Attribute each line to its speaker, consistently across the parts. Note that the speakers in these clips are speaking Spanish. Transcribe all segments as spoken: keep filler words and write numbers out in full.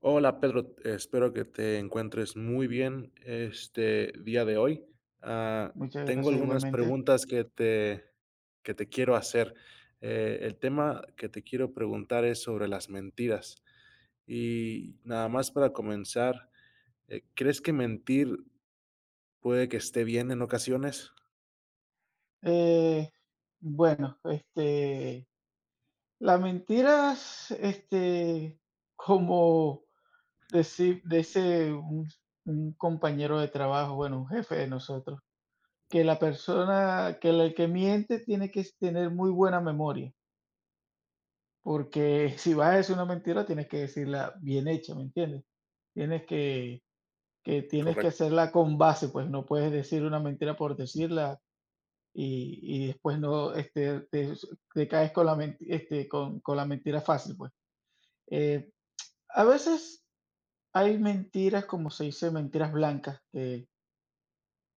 Speaker 1: Hola Pedro, espero que te encuentres muy bien este día de hoy. Ah,
Speaker 2: Muchas
Speaker 1: Tengo
Speaker 2: gracias
Speaker 1: algunas
Speaker 2: igualmente.
Speaker 1: preguntas que te, que te quiero hacer. Eh, el tema que te quiero preguntar es sobre las mentiras. Y nada más para comenzar, eh, ¿crees que mentir puede que esté bien en ocasiones?
Speaker 2: Eh, bueno, este, las mentiras, este, como decir, dice un, un compañero de trabajo, bueno, un jefe de nosotros, que la persona, que el que miente tiene que tener muy buena memoria, porque si vas a decir una mentira, tienes que decirla bien hecha, ¿me entiendes? Tienes que, que tienes que
Speaker 1: Correcto.
Speaker 2: hacerla con base, pues no puedes decir una mentira por decirla. Y y después no, este, te te caes con la menti este, con con la mentira fácil, pues. Eh, a veces hay mentiras, como se dice, mentiras blancas, que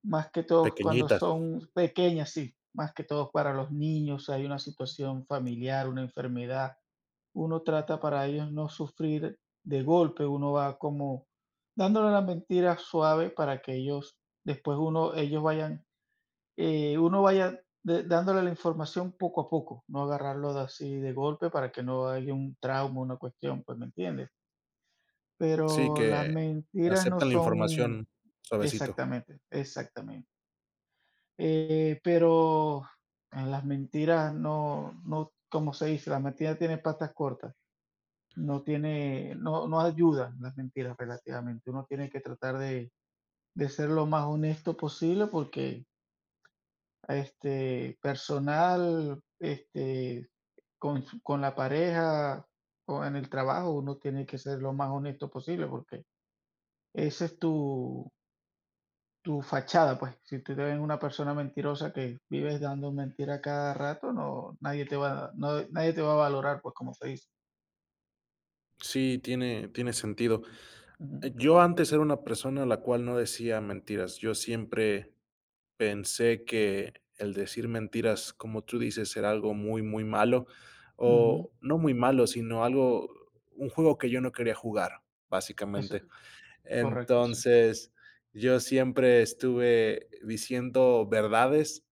Speaker 2: más que todo cuando
Speaker 1: Pequeñitas.
Speaker 2: son pequeñas, sí, más que todo para los niños, hay una situación familiar, una enfermedad, uno trata para ellos no sufrir de golpe, uno va como dándole la mentira suave para que ellos después uno ellos vayan, eh, uno vaya de- dándole la información poco a poco, no agarrarlo de así de golpe para que no haya un trauma, una cuestión, pues me entiendes.
Speaker 1: Sí,
Speaker 2: Pero las
Speaker 1: que
Speaker 2: mentiras no
Speaker 1: aceptan la
Speaker 2: son.
Speaker 1: información suavecito.
Speaker 2: Exactamente, exactamente. Eh, pero las mentiras, no, no, como se dice, las mentiras tienen patas cortas, no tiene, no, no ayudan las mentiras relativamente. Uno tiene que tratar de, de ser lo más honesto posible porque este personal, este Con su con la pareja o en el trabajo, uno tiene que ser lo más honesto posible, porque esa es tu tu fachada, pues. Si tú te ven una persona mentirosa que vives dando mentira cada rato, no, nadie te va no, nadie te va a valorar, pues, como se dice.
Speaker 1: Sí, tiene, tiene sentido.
Speaker 2: Ujú,
Speaker 1: Yo antes era una persona la cual no decía mentiras. Yo siempre pensé que el decir mentiras, como tú dices, era algo muy, muy malo,
Speaker 2: ujú,
Speaker 1: o no muy malo, sino algo, un juego que yo no quería jugar,
Speaker 2: eso es
Speaker 1: básicamente.
Speaker 2: correcto, sí.
Speaker 1: Entonces, yo siempre estuve diciendo verdades,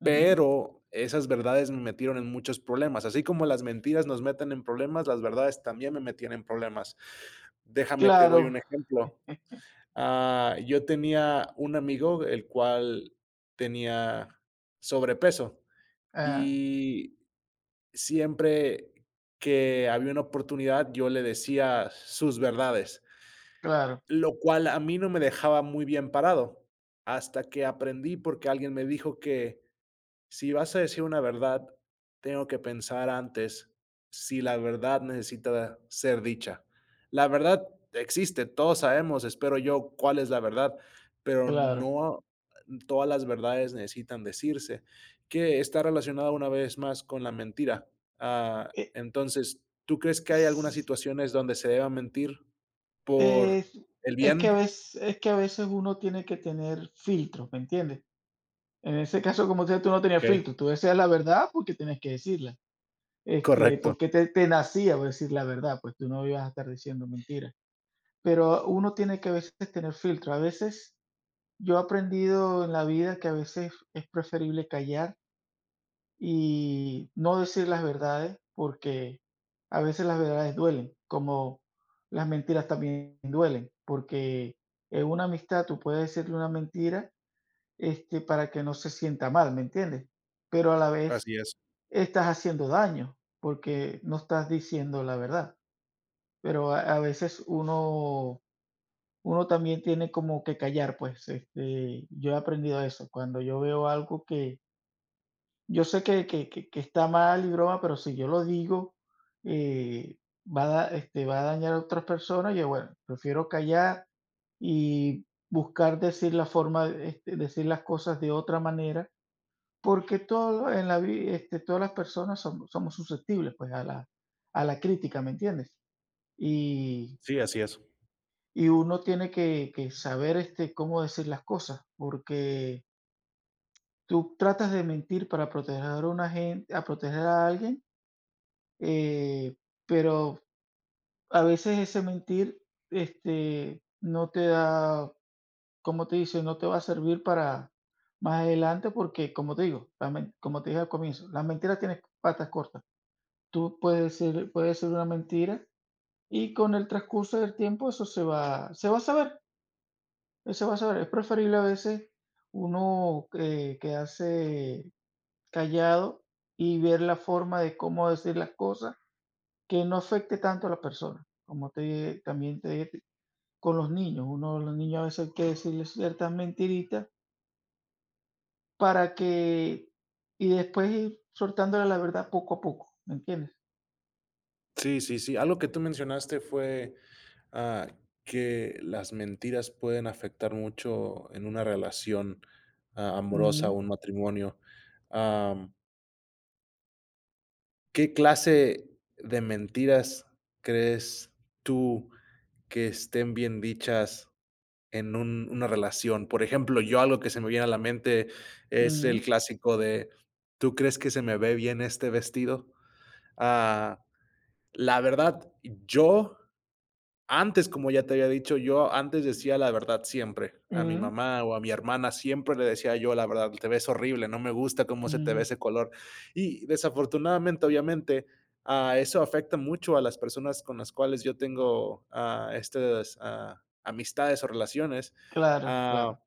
Speaker 2: Ujú.
Speaker 1: pero esas verdades me metieron en muchos problemas. Así como las mentiras nos meten en problemas, las verdades también me metían en problemas. Déjame, te doy
Speaker 2: Claro,
Speaker 1: un ejemplo. Ah, yo tenía un amigo, el cual tenía sobrepeso,
Speaker 2: ajá,
Speaker 1: y siempre que había una oportunidad, yo le decía sus verdades,
Speaker 2: claro,
Speaker 1: lo cual a mí no me dejaba muy bien parado, hasta que aprendí porque alguien me dijo que si vas a decir una verdad, tengo que pensar antes si la verdad necesita ser dicha. La verdad existe, todos sabemos, espero yo, cuál es la verdad, pero
Speaker 2: claro.
Speaker 1: no todas las verdades necesitan decirse, que está relacionada una vez más con la mentira. Ah,
Speaker 2: Eh,
Speaker 1: entonces, ¿tú crees que hay algunas
Speaker 2: s
Speaker 1: situaciones donde se deba mentir por
Speaker 2: Es
Speaker 1: el
Speaker 2: es que a
Speaker 1: bien?
Speaker 2: veces es que a veces uno tiene que tener filtros, ¿me entiendes? En ese caso, como te tú no tenías
Speaker 1: Okey,
Speaker 2: filtro, tú decías la verdad porque tenías que decirla. Este,
Speaker 1: correcto,
Speaker 2: porque te, te nacía por decir la verdad, pues tú no ibas a estar diciendo mentiras. Pero uno tiene que a veces tener filtro. A veces yo he aprendido en la vida que a veces es preferible callar y no decir las verdades porque a veces las verdades duelen, como las mentiras también duelen, porque en una amistad tú puedes decirle una mentira, este, para que no se sienta mal, ¿me entiendes? Pero a la vez
Speaker 1: así es.
Speaker 2: estás haciendo daño porque no estás diciendo la verdad. Pero a, a veces uno, uno también tiene como que callar, pues. Este, yo he aprendido eso. Cuando yo veo algo que yo sé que, que, que- que está mal y broma, pero si yo lo digo, eh, va a, da- este, va a dañar a otras personas. Yo, bueno, prefiero callar y buscar decir la forma, este, decir las cosas de otra manera. Porque todo en la vi este, todas las personas somos somos susceptibles, pues, a la a la crítica, ¿me entiendes? Y
Speaker 1: Sí, así es.
Speaker 2: y uno tiene que que saber, este, cómo decir las cosas, porque tú tratas de mentir para proteger a una gente a proteger a alguien, eh, pero a veces ese mentir, este, no te da, como te dice? No te va a servir para más adelante porque, como te digo, la men como te dije al comienzo, las mentiras tienen patas cortas. Tú puedes ser Puede ser una mentira, y con el transcurso del tiempo eso se va se va a saber, eh, se va a saber. Es preferible a veces uno, eh, quedarse callado y ver la forma de cómo decir las cosas que no afecte tanto a la persona. Como te dije, también te dije con los niños, uno los niños a veces hay que decirles ciertas mentiritas para que y después ir soltándole la verdad poco a poco, ¿me entiendes?
Speaker 1: Sí, sí, sí. Algo que tú mencionaste fue Ah, que las mentiras pueden afectar mucho en una relación, ah, amorosa o
Speaker 2: Ujú,
Speaker 1: un matrimonio. Am, ¿qué clase de mentiras crees tú que estén bien dichas en un una relación? Por ejemplo, yo algo que se me viene a la mente es
Speaker 2: ujú,
Speaker 1: el clásico de: "¿Tú crees que se me ve bien este vestido?". Ah, la verdad, yo Antes, como ya te había dicho, yo antes decía la verdad siempre. A mi
Speaker 2: ujú,
Speaker 1: mamá o a mi hermana siempre le decía yo la verdad: "Te ves horrible, no me gusta cómo se te ve
Speaker 2: ujú.
Speaker 1: ese color". Y desafortunadamente, obviamente, ah, eso afecta mucho a las personas con las cuales yo tengo, ah, estas, ah, amistades o relaciones.
Speaker 2: Claro,
Speaker 1: Ah,
Speaker 2: claro.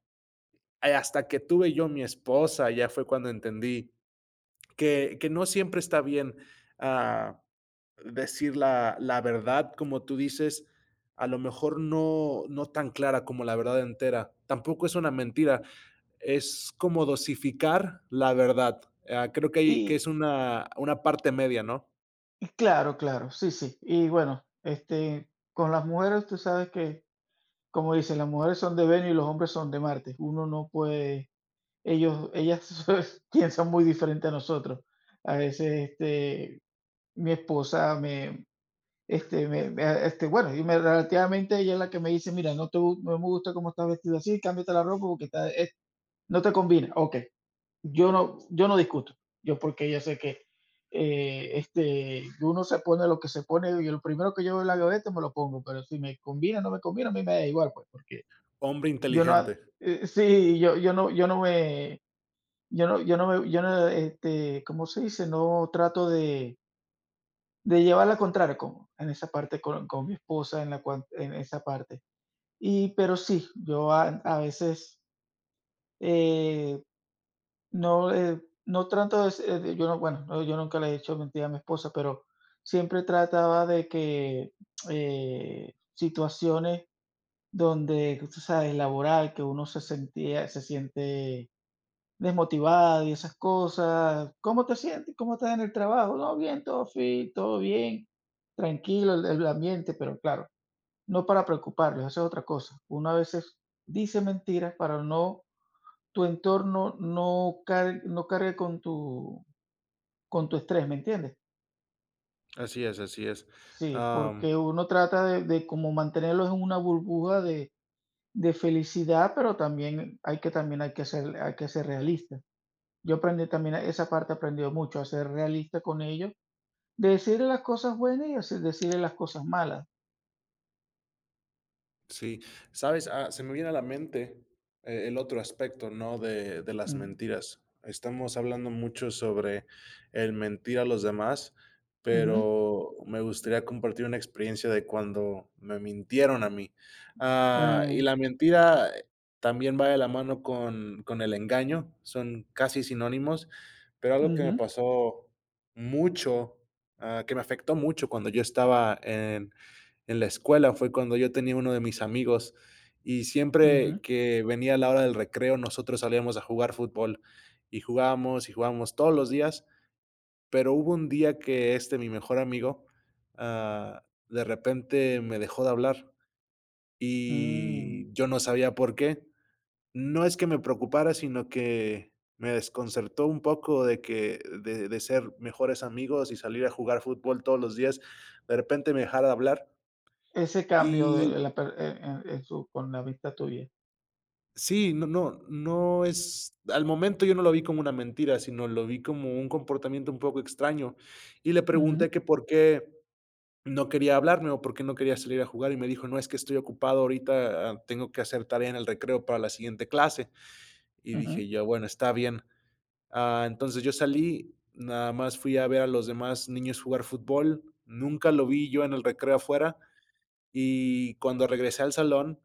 Speaker 1: y hasta que tuve yo mi esposa, ya fue cuando entendí que, que no siempre está bien ah, decir la, la verdad, como tú dices, a lo mejor no, no tan clara como la verdad entera. Tampoco es una mentira, es como dosificar la verdad. Ah, creo que, hay- que es
Speaker 2: Y
Speaker 1: una, una parte media, ¿no?
Speaker 2: y claro, claro, sí, sí. Y bueno, este, con las mujeres tú sabes que, como dicen, las mujeres son de Venus y los hombres son de Marte. Uno no puede, ellos, ellas piensan muy diferente a nosotros. A veces, este, mi esposa me, este, me, me, ah, este, bueno, y me, relativamente ella es la que me dice, mira, no te, gu- no me gusta cómo estás vestida así, cámbiate la ropa porque está, es- no te combina. Ok, yo no, yo no discuto. Yo porque yo sé que eh, este, uno se pone lo que se pone y lo primero que yo veo en la gaveta me lo pongo, pero si me combina no me combina, a mí me da igual, pues, porque
Speaker 1: Hombre
Speaker 2: yo no,
Speaker 1: inteligente.
Speaker 2: eh, sí, yo, yo no, yo no me, yo no, yo no me, yo no, este, ¿cómo se dice? No trato de, de llevar la contraria con, en esa parte con, con mi esposa, en, la, cuan- en esa parte. Y, pero sí, yo a, a veces, eh, no, eh, no trato de se de yo no, bueno, no, yo nunca le he hecho mentira a mi esposa, pero siempre trataba de que, eh, situaciones donde, tú sabes, laboral, que uno se sentía se siente desmotivado y esas cosas. ¿Cómo te sientes? ¿Cómo estás en el trabajo? No, bien, todo fit, todo bien, tranquilo el el ambiente, pero claro, no para preocuparlos, esa es otra cosa. Uno a veces dice mentiras para no tu entorno no car no cargue con tu con tu estrés, ¿me entiendes?
Speaker 1: Así es, así es.
Speaker 2: Sí, porque uno trata de de como mantenerlos en una burbuja de de felicidad, pero también hay que también hay que ser hay que ser realista. Yo aprendí también a- esa parte aprendió mucho, a ser realista con ellos, decirle las cosas buenas y hace decirle las cosas malas.
Speaker 1: Sí, sabes, ah, se me viene a la mente eh, el otro aspecto, ¿no? De, de las
Speaker 2: Mm,
Speaker 1: mentiras. Estamos hablando mucho sobre el mentir a los demás,
Speaker 2: ujú,
Speaker 1: pero me gustaría compartir una experiencia de cuando me mintieron a mí. Ah, y
Speaker 2: eh,
Speaker 1: la mentira eh, también va de la mano con, con el engaño, son casi sinónimos, pero algo que me
Speaker 2: ujú,
Speaker 1: pasó mucho, ah, que me afectó mucho cuando yo estaba en la escuela fue cuando yo tenía uno de mis amigos y
Speaker 2: ujú,
Speaker 1: siempre que venía la hora del recreo, nosotros salíamos a jugar fútbol y jugábamos y jugábamos todos los días, pero hubo un día que este, mi mejor amigo, ah, de repente me dejó de hablar
Speaker 2: mm.
Speaker 1: y yo no sabía por qué. No es que me preocupara, sino que me desconcertó un poco de que de, de ser mejores amigos y salir a jugar fútbol todos los días, de repente me dejara de hablar.
Speaker 2: Ese cambio
Speaker 1: y
Speaker 2: de la per eh eh, en su con la vista tuya.
Speaker 1: Sí, no no no es al momento yo no lo vi como una mentira, sino lo vi como un comportamiento un poco extraño, y le pregunté
Speaker 2: Ujú,
Speaker 1: que por qué no quería hablarme o por qué no quería salir a jugar, y me dijo: "No, es que estoy ocupado ahorita, ah, tengo que hacer tarea en el recreo para la siguiente clase". Y
Speaker 2: ujú.
Speaker 1: dije yo: "Bueno, está bien". Ah, entonces yo salí, nada más fui a ver a los demás niños jugar fútbol, nunca lo vi yo en el recreo afuera, y cuando regresé al salón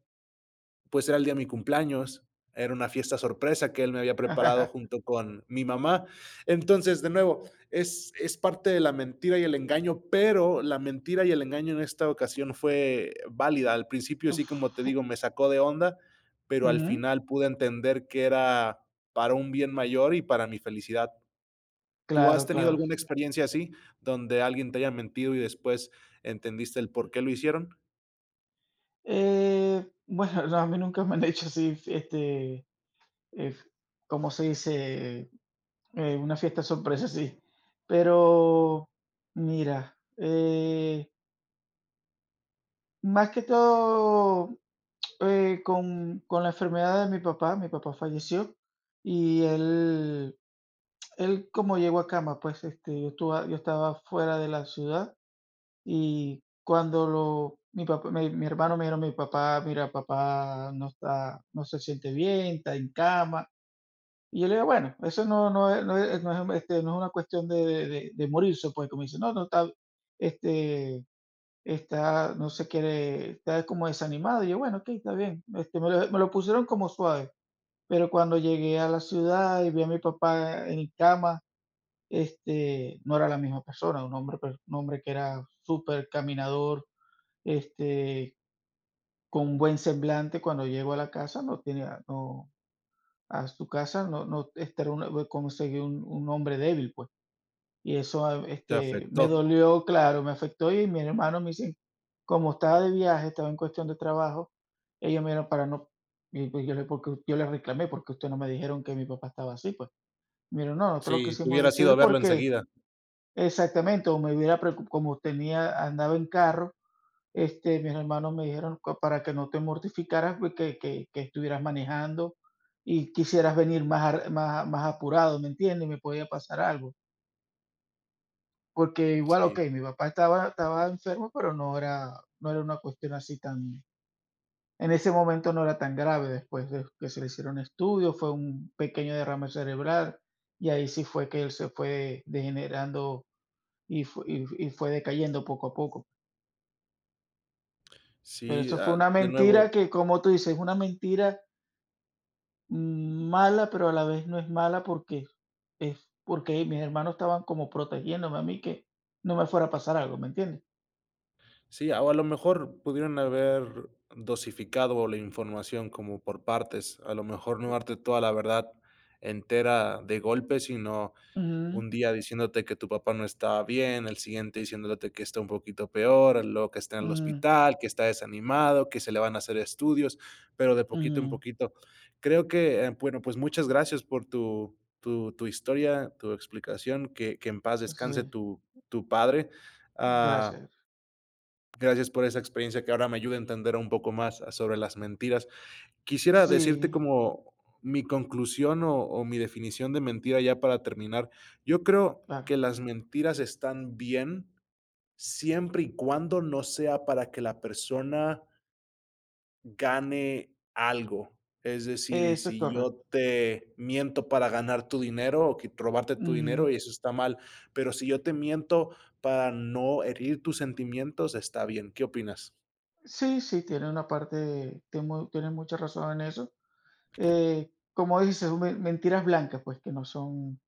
Speaker 1: pues era el día de mi cumpleaños, era una fiesta sorpresa que él me había preparado junto con mi mamá. Entonces, de nuevo, es, es parte de la mentira y el engaño, pero la mentira y el engaño en esta ocasión fue válida. Al principio, sí, como te
Speaker 2: Fu
Speaker 1: digo, me sacó de onda, pero al
Speaker 2: Ujú.
Speaker 1: final pude entender que era para un bien mayor y para mi felicidad. ¿Tú has
Speaker 2: Claro,
Speaker 1: tenido
Speaker 2: claro.
Speaker 1: alguna experiencia así, donde alguien te haya mentido y después entendiste el por qué lo hicieron?
Speaker 2: Eh, bueno, no, a mí nunca me han hecho así, este, eh, ¿cómo se dice? Eh, una fiesta sorpresa, sí. Pero mira, eh, más que todo, eh, con con la enfermedad de mi papá, mi papá falleció. Y él él como llegó a cama, pues, este, yo estuve yo estaba fuera de la ciudad. Y cuando lo mi papá mi mi hermano me dijeron: "Mi papá, mira, papá no está no se siente bien, está en cama". Y yo le digo: "Bueno, eso no no es no es no es, este, no es una cuestión de de de de morirse, pues", como dice: "No, no está, este, está, no se quiere, está como desanimado". Y yo: "Bueno, okey, está bien". Este, me lo me lo pusieron como suave, pero cuando llegué a la ciudad y vi a mi papá en cama, este, no era la misma persona, un hombre, pues, un hombre que era súper caminador, este, con buen semblante cuando llego a la casa, no tenía no, a su casa, no no este era un, conseguí un un hombre débil, pues. Y eso, ah,
Speaker 1: Te
Speaker 2: este, me
Speaker 1: afectó.
Speaker 2: dolió, claro, me afectó, y mis hermanos me dicen como estaba de viaje, estaba en cuestión de trabajo, ellos me dijeron para no y pues yo le porque yo le reclamé, porque ustedes no me dijeron que mi papá estaba así, pues. Me: "No, no te lo
Speaker 1: Sí, te
Speaker 2: quisimos
Speaker 1: hubieras ido a
Speaker 2: decir
Speaker 1: verlo
Speaker 2: porque".
Speaker 1: enseguida.
Speaker 2: Exactamente, o me hubiera preocu como tenía andaba en carro. Este, mis hermanos me dijeron: "Co Para que no te mortificaras, pues, que que que estuvieras manejando y quisieras venir más ar más más apurado", ¿me entiendes? Me podía pasar algo, porque igual,
Speaker 1: Sí.
Speaker 2: okey, mi papá estaba estaba enfermo, pero no era no era una cuestión así tan, en ese momento no era tan grave, después de que se le hicieron estudios, fue un pequeño derrame cerebral, y ahí sí fue que él se fue degenerando y fue y y fue decayendo poco a poco. Pero
Speaker 1: Sí,
Speaker 2: eso fue
Speaker 1: ah,
Speaker 2: una
Speaker 1: de
Speaker 2: mentira
Speaker 1: nuevo,
Speaker 2: que, como tú dices, es una mentira. Mm, mala, pero a la vez no es mala porque es porque mis hermanos estaban como protegiéndome a mí que no me fuera a pasar algo, ¿me entiendes?
Speaker 1: sí, o a lo mejor pudieron haber dosificado la información como por partes, a lo mejor no darte toda la verdad entera de golpe, sino
Speaker 2: Ujú,
Speaker 1: un día diciéndote que tu papá no está bien, el siguiente diciéndote que está un poquito peor, luego que está en el
Speaker 2: ujú,
Speaker 1: hospital, que está desanimado, que se le van a hacer estudios, pero de poquito en
Speaker 2: ujú.
Speaker 1: poquito. Creo que, eh, bueno, pues muchas gracias por tu tu tu historia, tu explicación, que que en paz descanse
Speaker 2: Sí,
Speaker 1: tu tu padre. Ah,
Speaker 2: gracias.
Speaker 1: gracias por esa experiencia que ahora me ayuda a entender un poco más sobre las mentiras quisiera decirte
Speaker 2: Sí,
Speaker 1: como mi conclusión o, o mi definición de mentira ya para terminar. Yo creo
Speaker 2: claro,
Speaker 1: que las mentiras están bien siempre y cuando no sea para que la persona gane algo. Es decir,
Speaker 2: eso es
Speaker 1: si
Speaker 2: correcto.
Speaker 1: yo te miento para ganar tu dinero o que- robarte tu dinero,
Speaker 2: Ujú.
Speaker 1: y eso está mal, pero si yo te miento para no herir tus sentimientos, está bien. ¿Qué opinas?
Speaker 2: Sí, sí, tiene una parte, tiene mu- tiene mucha razón en eso. Eh, como dices, me- mentiras blancas, pues que no son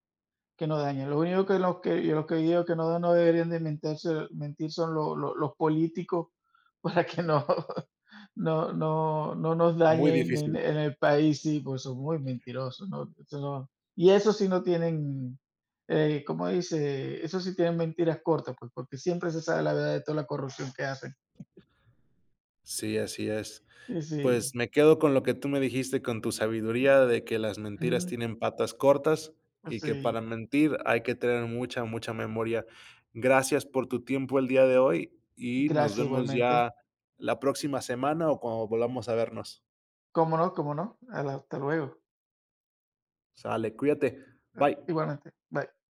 Speaker 2: que no dañen. Los únicos que los que yo los que digo que no, no deberían de mentirse, mentir son lo- lo- los políticos para que no, no, no, no nos
Speaker 1: Muy
Speaker 2: dañen en,
Speaker 1: difícil.
Speaker 2: en el país, sí, pues son muy mentirosos, ¿no? Eso no- Y eso sí no tienen, eh, ¿cómo dice? Eso sí tienen mentiras cortas, pues, porque siempre se sabe la verdad de toda la corrupción que hacen.
Speaker 1: Sí, así es.
Speaker 2: Y sí,
Speaker 1: Pues me quedo con lo que tú me dijiste, con tu sabiduría de que las mentiras
Speaker 2: ujú,
Speaker 1: tienen patas cortas y que para
Speaker 2: sí,
Speaker 1: mentir hay que tener mucha, mucha memoria. Gracias por tu tiempo el día de hoy y nos
Speaker 2: gracias
Speaker 1: vemos
Speaker 2: igualmente.
Speaker 1: ya la próxima semana o cuando volvamos a vernos.
Speaker 2: ¿Cómo no? ¿Cómo no? Hasta luego.
Speaker 1: Sale, cuídate.
Speaker 2: Eh,
Speaker 1: Bye.
Speaker 2: Igualmente. Bye.